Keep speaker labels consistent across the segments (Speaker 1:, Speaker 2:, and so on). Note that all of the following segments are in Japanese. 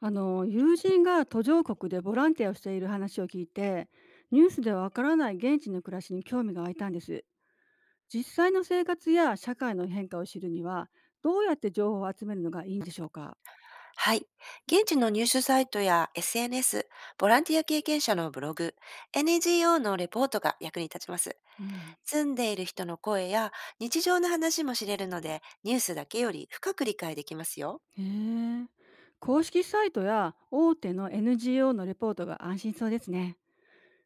Speaker 1: あの友人が途上国でボランティアをしている話を聞いて、ニュースではわからない現地の暮らしに興味が湧いたんです。実際の生活や社会の変化を知るには、どうやって情報を集めるのがいいんでしょうか？
Speaker 2: はい。現地の入手サイトや SNS、ボランティア経験者のブログ、NGO のレポートが役に立ちます。
Speaker 1: うん。
Speaker 2: 住んでいる人の声や日常の話も知れるので、ニュースだけより深く理解できますよ。
Speaker 1: へえ。公式サイトや大手の NGO のレポートが安心そうですね。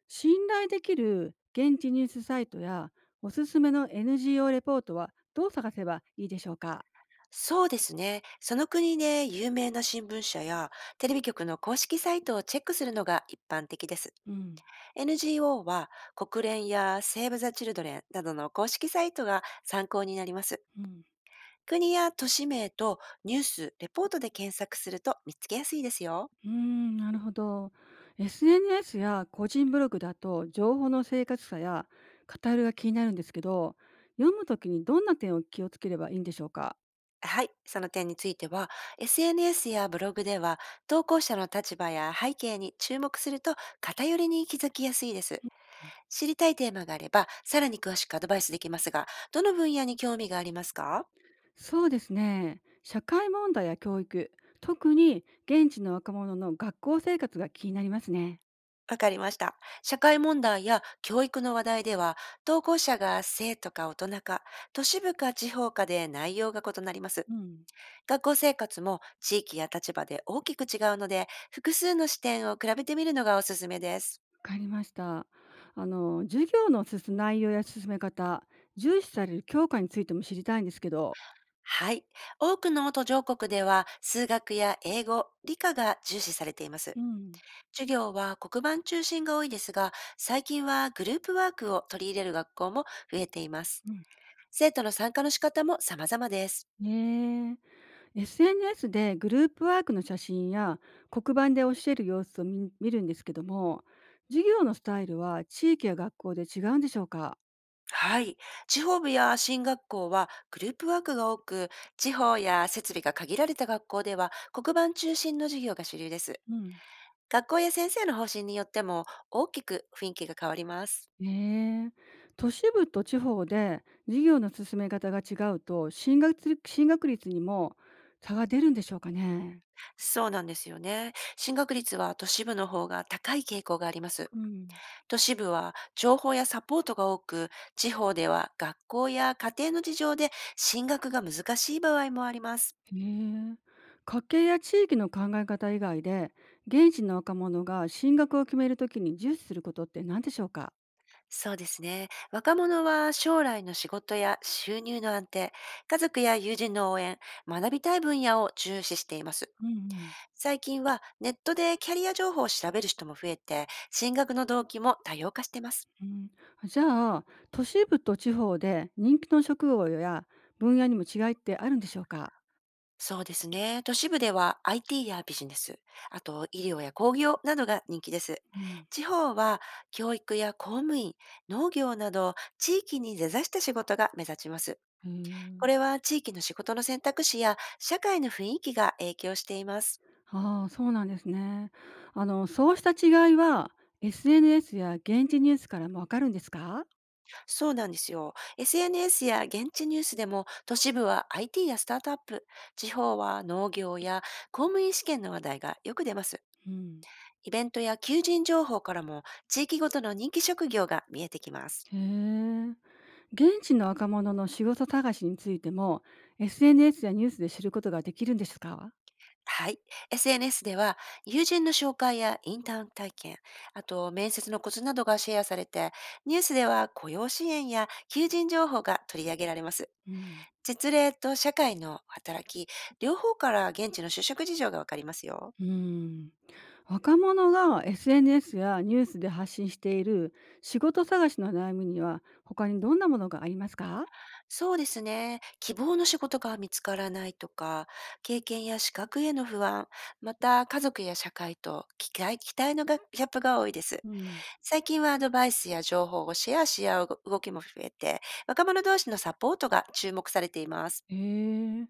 Speaker 1: 信頼できる現地ニュースサイトやおすすめの NGO レポートはどう探せばいいでしょうか？
Speaker 2: そうですね。その国で有名な新聞社やテレビ局の公式サイトをチェックするのが一般的です。
Speaker 1: うん
Speaker 2: NGO は国連やセーブ・ザ・チルドレンなどの公式サイトが参考になります。
Speaker 1: うん。
Speaker 2: 国や都市名とニュース、レポートで検索すると見つけやすいですよ。
Speaker 1: うーん、なるほど。SNS や個人ブログだと情報の正確さや語りが気になるんですけど、読むときにどんな点を気をつければいいんでしょうか。
Speaker 2: はい。その点については、SNS やブログでは、投稿者の立場や背景に注目すると偏りに気づきやすいです。知りたいテーマがあれば、さらに詳しくアドバイスできますが、どの分野に興味がありますか。
Speaker 1: そうですね。社会問題や教育、特に現地の若者の学校生活が気になりますね。
Speaker 2: わかりました。社会問題や教育の話題では、投稿者が生とか大人か、都市部か地方かで内容が異なります。
Speaker 1: うん。
Speaker 2: 学校生活も地域や立場で大きく違うので、複数の視点を比べてみるのがおすすめです。
Speaker 1: わかりました。授業の進む内容や進め方、重視される教科についても知りたいんですけど。
Speaker 2: はい。多くの途上国では数学や英語、理科が重視されています。
Speaker 1: うん。
Speaker 2: 授業は黒板中心が多いですが、最近はグループワークを取り入れる学校も増えています。
Speaker 1: うん。
Speaker 2: 生徒の参加の仕方も様々です。
Speaker 1: ねえ、 SNS でグループワークの写真や黒板で教える様子を見るんですけども、授業のスタイルは地域や学校で違うんでしょうか？
Speaker 2: はい。地方部や進学校はグループワークが多く、地方や設備が限られた学校では黒板中心の授業が主流です。
Speaker 1: うん。
Speaker 2: 学校や先生の方針によっても大きく雰囲気が変わります。
Speaker 1: へえ。都市部と地方で授業の進め方が違うと、進学率にも差が出るんでしょうかね？
Speaker 2: そうなんですよね。進学率は都市部の方が高い傾向があります。
Speaker 1: うん。
Speaker 2: 都市部は情報やサポートが多く、地方では学校や家庭の事情で進学が難しい場合もあります。
Speaker 1: へえ。家計や地域の考え方以外で、現地の若者が進学を決めるときに重視することって何でしょうか？
Speaker 2: そうですね。若者は将来の仕事や収入の安定、家族や友人の応援、学びたい分野を重視しています。
Speaker 1: うんうん。
Speaker 2: 最近はネットでキャリア情報を調べる人も増えて、進学の動機も多様化してます。
Speaker 1: うん。じゃあ、都市部と地方で人気の職業や分野にも違いってあるんでしょうか？
Speaker 2: そうですね。都市部では IT やビジネス、あと医療や工業などが人気です。
Speaker 1: うん。
Speaker 2: 地方は教育や公務員、農業など地域に根ざした仕事が目立ちます。
Speaker 1: へ
Speaker 2: こ
Speaker 1: え。
Speaker 2: れは地域の仕事の選択肢や社会の雰囲気が影響しています。
Speaker 1: ああ、そうなんですね。そうした違いは SNS や現地ニュースからもわかるんですか？
Speaker 2: そうなんですよ。SNS や現地ニュースでも、都市部は IT やスタートアップ、地方は農業や公務員試験の話題がよく出ます。
Speaker 1: うん。
Speaker 2: イベントや求人情報からも、地域ごとの人気職業が見えてきます。
Speaker 1: へえ。現地の若者の仕事探しについても SNS やニュースで知ることができるんですか？
Speaker 2: はい。SNS では、友人の紹介やインターン体験、あと面接のコツなどがシェアされて、ニュースでは雇用支援や求人情報が取り上げられます。
Speaker 1: うん
Speaker 2: 実例と社会の働き、両方から現地の就職事情がわかりますよ。
Speaker 1: うん。若者が SNS やニュースで発信している仕事探しの悩みには、他にどんなものがありますか？
Speaker 2: そうですね。希望の仕事が見つからないとか、経験や資格への不安、また家族や社会と期待のがギャップが多いです。
Speaker 1: うん。
Speaker 2: 最近はアドバイスや情報をシェアし合う動きも増えて、若者同士のサポートが注目されています。
Speaker 1: えー、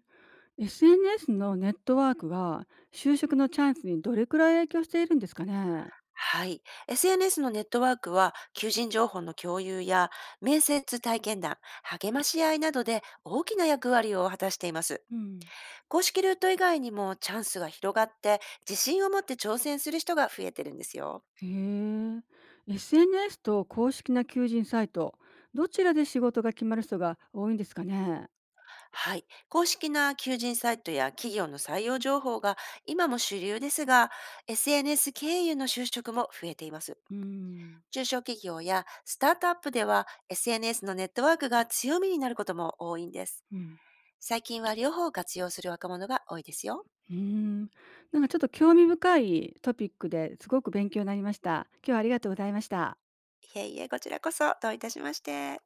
Speaker 1: SNS のネットワークが就職のチャンスにどれくらい影響しているんですかね？
Speaker 2: はい。SNS のネットワークは、求人情報の共有や、面接体験談、励まし合いなどで大きな役割を果たしています。
Speaker 1: うん。
Speaker 2: 公式ルート以外にもチャンスが広がって、自信を持って挑戦する人が増えてるんですよ。
Speaker 1: へえ。 SNS と公式な求人サイト、どちらで仕事が決まる人が多いんですかね？
Speaker 2: はい。公式な求人サイトや企業の採用情報が今も主流ですが、SNS 経由の就職も増えています。
Speaker 1: うん。
Speaker 2: 中小企業やスタートアップでは SNS のネットワークが強みになることも多いんです。
Speaker 1: うん。
Speaker 2: 最近は両方を活用する若者が多いですよ。
Speaker 1: うーん、なんかちょっと興味深いトピックで、すごく勉強になりました。今日はありがとうございました。
Speaker 2: いえいえ、こちらこそ、どういたしまして。